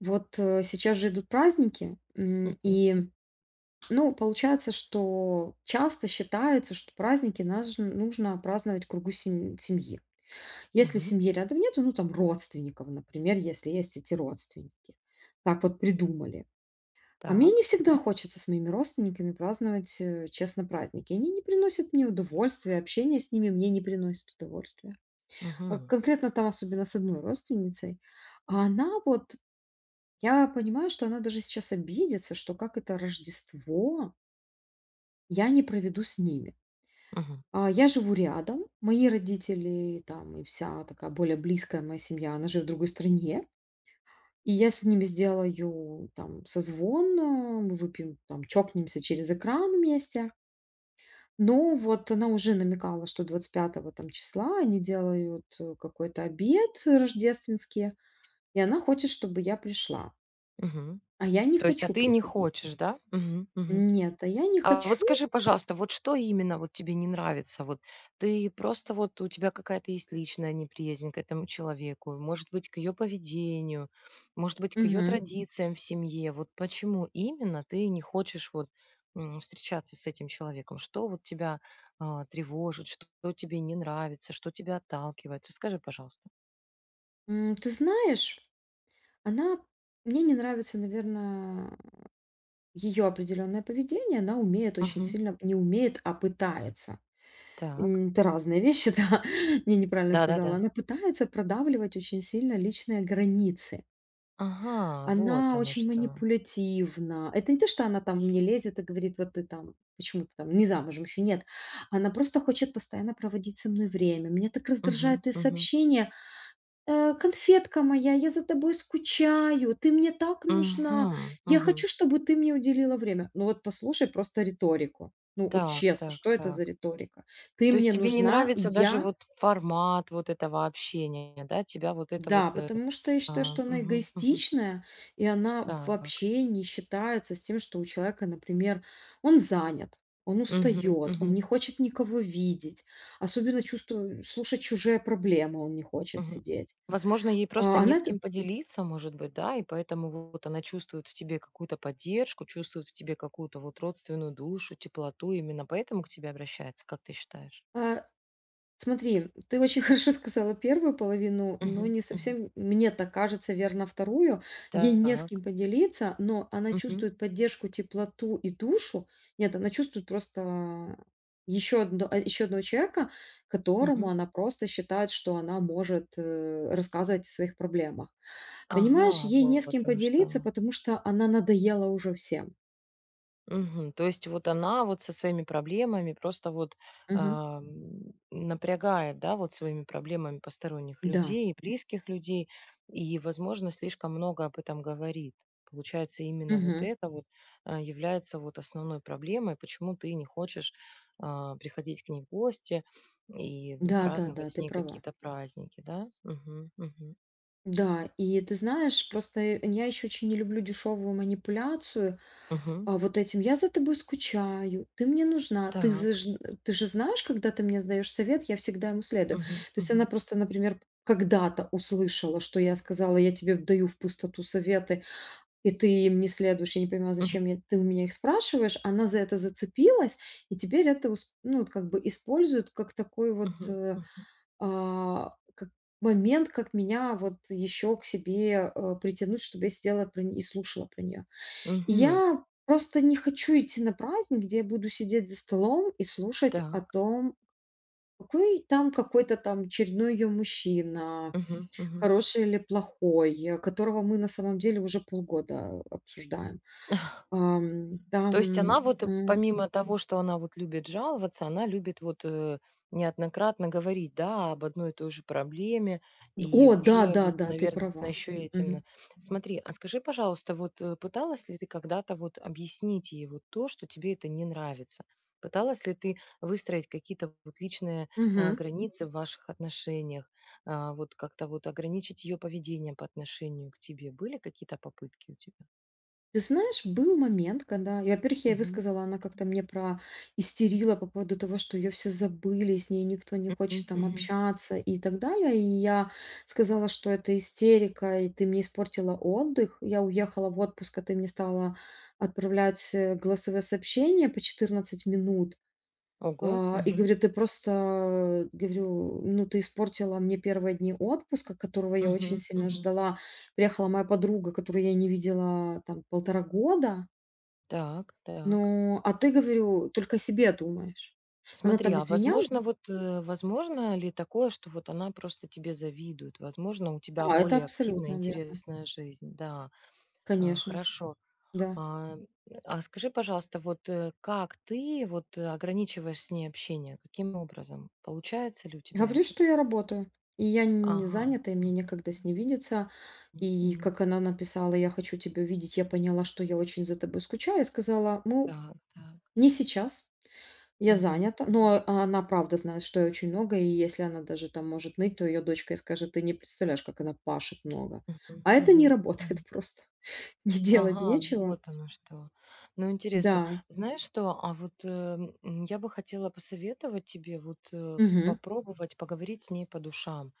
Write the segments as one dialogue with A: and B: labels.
A: Вот, сейчас же идут праздники,
B: Мгм,
A: и, ну, получается, что часто считается, что праздники наж нужно праздновать в кругу семьи. Если
B: мгм.
A: семьи рядом нету, ну, там родственников, например, если есть эти родственники. Так вот придумали. А мне не
B: Так.
A: всегда хочется с моими родственниками праздновать, честно, праздники. Они не приносят мне удовольствия, общение с ними мне не приносит удовольствия. А
B: Мгм,
A: конкретно там, особенно с одной родственницей, а она вот я понимаю, что она даже сейчас обидится, что как это Рождество я не проведу с ними.
B: мгм,
A: А, я живу рядом, мои родители там и вся такая более близкая моя семья, она живет в другой стране. И я с ними сделаю там созвон, мы выпьем, там чокнемся через экран вместе. Но вот она уже намекала, что 25-го там числа они делают какой-то обед рождественский, и она хочет, чтобы я пришла.
B: мгм.
A: А я не
B: То есть, а
A: хочу
B: ты не
A: приходить.
B: хочешь, да? Мгм, мгм.
A: Нет, а я не
B: А вот
A: хочу.
B: скажи, пожалуйста, вот что именно вот тебе не нравится? Вот ты просто вот у тебя какая-то есть личная неприязнь к этому человеку, может быть, к ее поведению, может быть, к ее
A: Мгм.
B: традициям в семье. Вот почему именно ты не хочешь вот встречаться с этим человеком? Что вот тебя тревожит, что тебе не нравится, что тебя отталкивает? Расскажи, пожалуйста.
A: Ты знаешь, она мне не нравится, наверное, ее определенное поведение. Она умеет очень
B: Мгм.
A: сильно не умеет, а пытается.
B: Так.
A: Это разные вещи, да. Я неправильно
B: Да-да-да.
A: сказала. Она пытается продавливать очень сильно личные границы.
B: Ага, вот
A: Она
B: оно
A: очень
B: что.
A: манипулятивна. Это не то, что она там мне лезет и говорит: "Вот ты там почему ты там не замужем еще?" Нет. Она просто хочет постоянно проводить со мной время. Меня так
B: Мгм,
A: раздражают ее
B: мгм.
A: сообщения. "Конфетка моя, я за тобой скучаю, ты мне так нужна,
B: Мгм,
A: я
B: мгм.
A: хочу, чтобы ты мне уделила время". Ну вот послушай просто риторику. Ну вот
B: Так,
A: честно,
B: так,
A: что это за
B: так.
A: риторика? "Ты
B: То есть
A: мне
B: тебе не
A: нужна",
B: нравится даже
A: "я"?
B: вот формат вот этого общения, да? Тебя вот это
A: Да,
B: вот.
A: потому что я считаю, что она
B: Мгм, мгм.
A: эгоистичная, и она
B: Так.
A: вообще не считается с тем, что у человека, например, он занят, он
B: Мгм,
A: устает, он
B: мгм,
A: не хочет никого видеть, особенно чувствую слушать чужие проблемы он не хочет
B: мгм.
A: сидеть.
B: Возможно, ей
A: А
B: просто не
A: она
B: с
A: это
B: кем поделиться, может быть, да? И поэтому вот она чувствует в тебе какую-то поддержку, чувствует в тебе какую-то вот родственную душу, теплоту, именно поэтому к тебе обращается, как ты считаешь?
A: а Смотри, ты очень хорошо сказала первую половину, но
B: Мгм,
A: не
B: мгм.
A: совсем, мне так кажется, верно вторую. Ей не с кем
B: Так.
A: поделиться, но она
B: Мгм,
A: чувствует поддержку, теплоту и душу. Нет, она чувствует просто еще одного человека, которому
B: мгм.
A: она просто считает, что она может рассказывать о своих проблемах. Понимаешь,
B: Ага,
A: ей не с
B: вот
A: кем
B: оно что.
A: поделиться, потому что она надоела уже всем.
B: Мгм. То есть вот она вот со своими проблемами просто вот,
A: Мгм.
B: напрягает, да, вот своими проблемами посторонних
A: Да.
B: людей, близких людей, и, возможно, слишком много об этом говорит. Получается, именно вот
A: Мгм.
B: это вот, является вот основной проблемой, почему ты не хочешь, приходить к ней в гости и,
A: Да, да, да,
B: праздновать с
A: ты
B: ней
A: права.
B: какие-то праздники, да? Мгм, мгм,
A: Да, и ты знаешь, просто я еще очень не люблю дешевую манипуляцию,
B: мгм.
A: вот этим: "Я за тобой скучаю, ты мне нужна, ты
B: Так.
A: заж ты же знаешь, когда ты мне сдаешь совет, я всегда ему следую". То
B: Мгм,
A: есть она
B: мгм.
A: просто, например, когда-то услышала, что я сказала: "Я тебе даю в пустоту советы, и ты им не следуешь. Я не понимаю, зачем я ты у меня их спрашиваешь". Она за это зацепилась, и теперь это ус ну, вот как бы использует как такой вот,
B: Мгм, мгм,
A: как момент, как меня вот еще к себе, притянуть, чтобы я сидела про не и слушала про нее. И
B: мгм.
A: я просто не хочу идти на праздник, где я буду сидеть за столом и слушать о
B: Так.
A: том, какой там какой-то там очередной ее мужчина,
B: Мгм, мгм.
A: хороший или плохой, которого мы на самом деле уже полгода обсуждаем. Ам,
B: То есть
A: там,
B: она вот,
A: м
B: помимо того, что она вот любит жаловаться, она любит вот, неоднократно говорить, да, об одной и той же проблеме. И
A: О да,
B: уже
A: да,
B: вот,
A: да, ты
B: наверное,
A: права.
B: еще и этим на Смотри, а скажи, пожалуйста, вот, пыталась ли ты когда-то вот объяснить ей вот то, что тебе это не нравится? Пыталась ли ты выстроить какие-то вот личные,
A: Мгм.
B: границы в ваших отношениях? Вот как-то вот ограничить ее поведение по отношению к тебе? Были какие-то попытки у тебя?
A: Ты знаешь, был момент, когда, и, во-первых, я ей
B: Мгм.
A: высказала, она как-то мне про истерила по поводу того, что ее все забыли, с ней никто не хочет там
B: Мгм.
A: общаться и так далее. И я сказала, что это истерика, и ты мне испортила отдых. Я уехала в отпуск, а ты мне стала отправлять голосовые сообщения по 14 минут.
B: Ого,
A: А, и
B: мгм,
A: говорю: "Ты просто, говорю, ну, ты испортила мне первые дни отпуска, которого я очень
B: мгм,
A: сильно
B: мгм.
A: ждала". Приехала моя подруга, которую я не видела там полтора года.
B: Так, так.
A: Ну, а ты, говорю, только о себе думаешь. Она
B: Смотри,
A: там
B: а
A: извинялась.
B: возможно, вот, возможно ли такое, что вот она просто тебе завидует? Возможно, у тебя
A: А, это
B: более активная,
A: абсолютно верно.
B: интересная жизнь. Да,
A: Конечно,
B: хорошо.
A: да.
B: А, а скажи, пожалуйста, вот как ты вот ограничиваешь с ней общение? Каким образом? Получается ли у тебя
A: Говорю,
B: это?
A: что я работаю, и я не
B: Ага.
A: занята, и мне
B: Мгм,
A: некогда с ней видеться. И
B: мгм.
A: как она написала: "Я хочу тебя видеть, я поняла, что я очень за тобой скучаю". Я сказала: "Ну,
B: Так, так.
A: не сейчас". Я
B: Мгм,
A: занята, но она правда знает, что я очень много, и если она даже там может ныть, то ее дочка ей скажет: "Ты не представляешь, как она пашет много".
B: мгм,
A: А это
B: мгм,
A: не работает
B: мгм.
A: просто. Не делать
B: Ага,
A: нечего.
B: вот оно что. Ну, интересно.
A: Да.
B: Знаешь что, а вот, я бы хотела посоветовать тебе вот,
A: Мгм.
B: попробовать поговорить с ней по душам.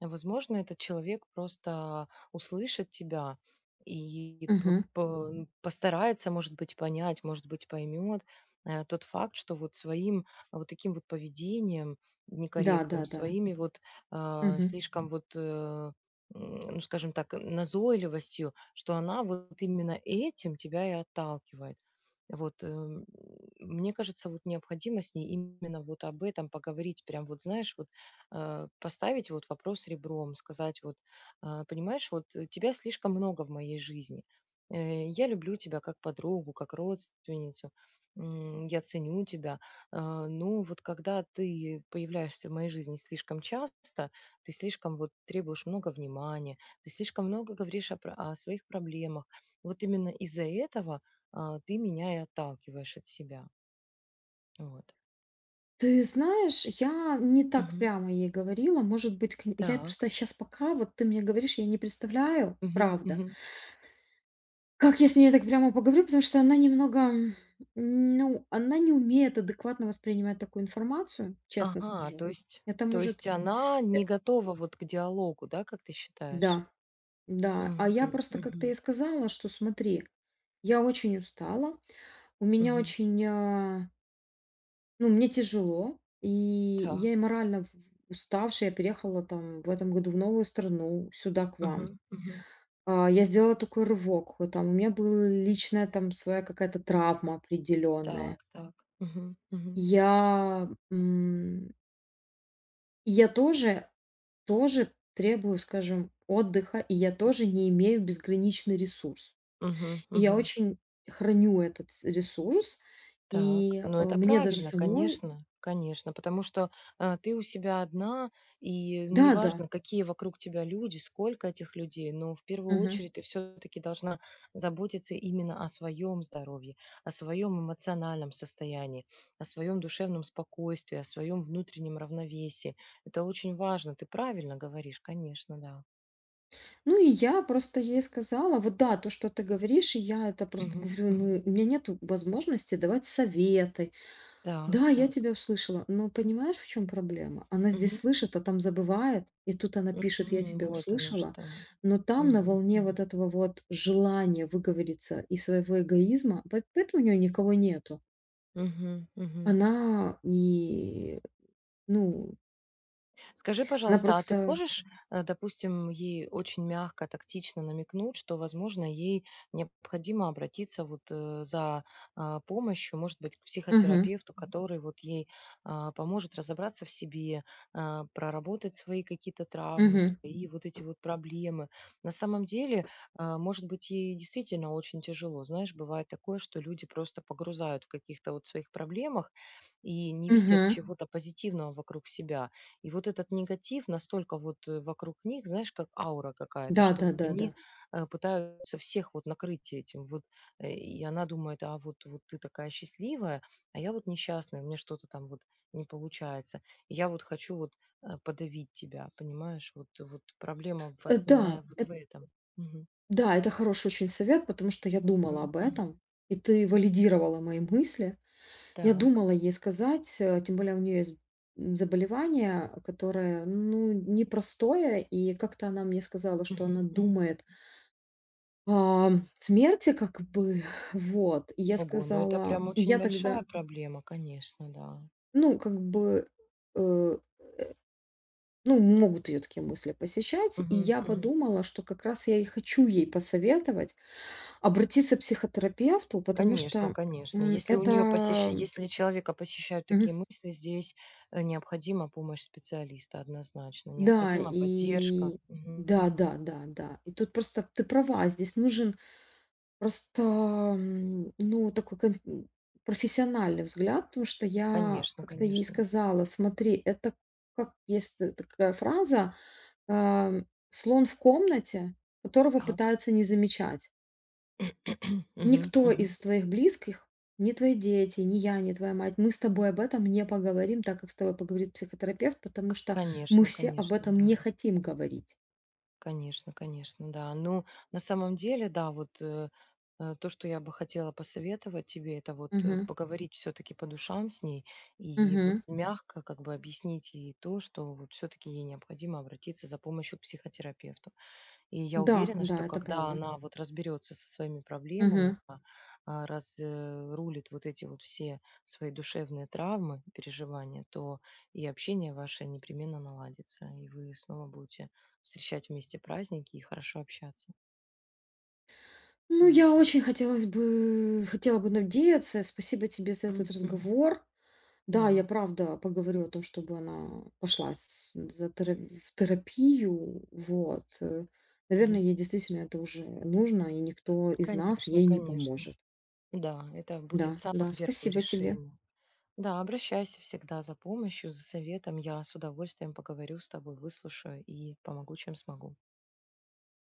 B: Возможно, этот человек просто услышит тебя и
A: Мгм.
B: постарается, может быть, понять, может быть, поймет тот факт, что вот своим вот таким вот поведением некорректным,
A: Да-да-да.
B: своими вот
A: Мгм.
B: слишком вот, ну, скажем так, назойливостью, что она вот именно этим тебя и отталкивает. Вот, мне кажется, вот необходимо с ней именно вот об этом поговорить, прям вот, знаешь, вот поставить вот вопрос ребром, сказать вот, понимаешь, вот тебя слишком много в моей жизни. Я люблю тебя как подругу, как родственницу, я ценю тебя. Но вот когда ты появляешься в моей жизни слишком часто, ты слишком вот требуешь много внимания, ты слишком много говоришь о своих проблемах. Вот именно из-за этого ты меня и отталкиваешь от себя. Вот.
A: Ты знаешь, я не так
B: Мгм.
A: прямо ей говорила. Может быть, к я
B: Так.
A: просто сейчас пока вот ты мне говоришь, я не представляю,
B: Мгм.
A: правда.
B: Мгм.
A: Как я с ней так прямо поговорю, потому что она немного, ну, она не умеет адекватно воспринимать такую информацию, честно
B: Ага,
A: скажу.
B: то есть
A: Это
B: то
A: может
B: есть она
A: э,
B: не готова вот к диалогу, да, как ты считаешь?
A: да, да. А я
B: Мгм,
A: просто как-то ей
B: мгм,
A: сказала, что смотри, я очень устала, у меня
B: мгм.
A: очень, ну, мне тяжело, и я и
B: Так.
A: морально уставшая, я переехала там в этом году в новую страну, сюда к вам.
B: Мгм, мгм.
A: А, я сделала такой рывок, вот там у меня была личная там своя какая-то травма
B: Так,
A: определенная.
B: так. Мгм, мгм.
A: Я, м, и я тоже, требую, скажем, отдыха, и я тоже не имею безграничный ресурс.
B: Мгм,
A: И я
B: мгм.
A: очень храню этот ресурс,
B: Так,
A: и
B: ну это
A: мне даже
B: правильно,
A: самой.
B: конечно, конечно, потому что ты у себя одна, и
A: Да, да.
B: неважно, какие вокруг тебя люди, сколько этих людей, но в первую
A: Мгм.
B: очередь ты все-таки должна заботиться именно о своем здоровье, о своем эмоциональном состоянии, о своем душевном спокойствии, о своем внутреннем равновесии. Это очень важно, ты правильно говоришь, конечно, да.
A: Ну и я просто ей сказала, вот да, то, что ты говоришь, и я это просто
B: Мгм,
A: говорю,
B: мгм.
A: ну, у меня нет возможности давать советы.
B: Так,
A: Да, я
B: так.
A: тебя услышала, но понимаешь, в чем проблема? Она здесь
B: Мгм,
A: слышит, а там забывает, и тут она пишет: "Я
B: мгм.
A: тебя
B: Вот оно
A: услышала",
B: что.
A: но там на
B: Мгм,
A: волне
B: мгм.
A: вот этого вот желания выговориться и своего эгоизма, поэтому у нее никого нету.
B: Мгм, мгм.
A: Она не ну,
B: Скажи,
A: она
B: пожалуйста, а ты
A: просто
B: можешь, допустим, ей очень мягко, тактично намекнуть, что, возможно, ей необходимо обратиться вот за помощью, может быть, к
A: Мгм,
B: психотерапевту, который вот ей поможет разобраться в себе, проработать свои какие-то травмы,
A: мгм,
B: свои вот эти вот проблемы. На самом деле, может быть, ей действительно очень тяжело. Знаешь, бывает такое, что люди просто погрузают в каких-то вот своих проблемах и не видят
A: мгм.
B: чего-то позитивного вокруг себя. И вот этот негатив настолько вот вокруг них, знаешь, как аура какая-то, что вот
A: Да-да-да-да.
B: они пытаются всех вот накрыть этим. Вот, и она думает, а вот, вот ты такая счастливая, а я вот несчастная, у меня что-то там вот не получается. И я вот хочу вот подавить тебя, понимаешь? Вот, вот проблема
A: Да,
B: основная вот
A: эт
B: в этом. Мгм.
A: да, это хороший очень совет, потому что я думала
B: Мгм.
A: об
B: Мгм.
A: этом, и ты валидировала мои мысли. Я
B: Так.
A: думала ей сказать, тем более у нее есть заболевание, которое, ну, непростое, и как-то она мне сказала, что она
B: Мгм. Мгм.
A: думает о смерти, как бы, вот. И я
B: Ого, ну это
A: сказала,
B: прям очень
A: я тогда,
B: большая проблема, конечно, да.
A: ну, как бы, э, ну, могут ее такие мысли посещать, и
B: Мгм.
A: я
B: Мгм.
A: подумала, что как раз я и хочу ей посоветовать обратиться к психотерапевту, потому
B: Конечно,
A: что
B: конечно.
A: м,
B: Если у нее посещ
A: это,
B: если человека посещают
A: мгм.
B: такие мысли, здесь, необходима помощь специалиста однозначно,
A: Да,
B: необходима поддержка.
A: и
B: Мгм.
A: да, да, да, да. И тут просто ты права, здесь нужен просто, ну, такой профессиональный взгляд, потому что я
B: Конечно,
A: как-то ей
B: конечно.
A: сказала, смотри, это как есть такая фраза, а, слон в комнате, которого
B: Так.
A: пытаются не замечать.
B: Мгм,
A: Никто
B: мгм.
A: из твоих близких, ни твои дети, ни я, ни твоя мать, мы с тобой об этом не поговорим, так как с тобой поговорит психотерапевт, потому что мы
B: Конечно,
A: все об
B: конечно,
A: этом не
B: да.
A: хотим говорить.
B: Конечно, конечно, да. Ну, на самом деле, да, вот то, что я бы хотела посоветовать тебе, это вот
A: Мгм.
B: поговорить все-таки по душам с ней и вот
A: Мгм.
B: мягко как бы объяснить ей то, что вот все-таки ей необходимо обратиться за помощью к психотерапевту. И я
A: Да,
B: уверена, что
A: да, это
B: когда
A: правда.
B: она вот разберется со своими проблемами,
A: Мгм.
B: да, разрулит вот эти вот все свои душевные травмы, переживания, то и общение ваше непременно наладится, и вы снова будете встречать вместе праздники и хорошо общаться.
A: Ну,
B: М.
A: я очень хотелось бы хотела бы надеяться. Спасибо тебе за этот
B: М, мгм.
A: разговор. Да, я
B: Да,
A: правда поговорю о том, чтобы она пошла с за тера в терапию. Вот, Наверное,
B: мгм.
A: ей действительно это уже нужно, и никто из нас
B: Конечно,
A: ей не
B: конечно.
A: поможет.
B: Да, это будет
A: Да,
B: самым
A: да,
B: верным
A: спасибо тебе.
B: решением. Да, обращайся всегда за помощью, за советом. Я с удовольствием поговорю с тобой, выслушаю и помогу, чем смогу.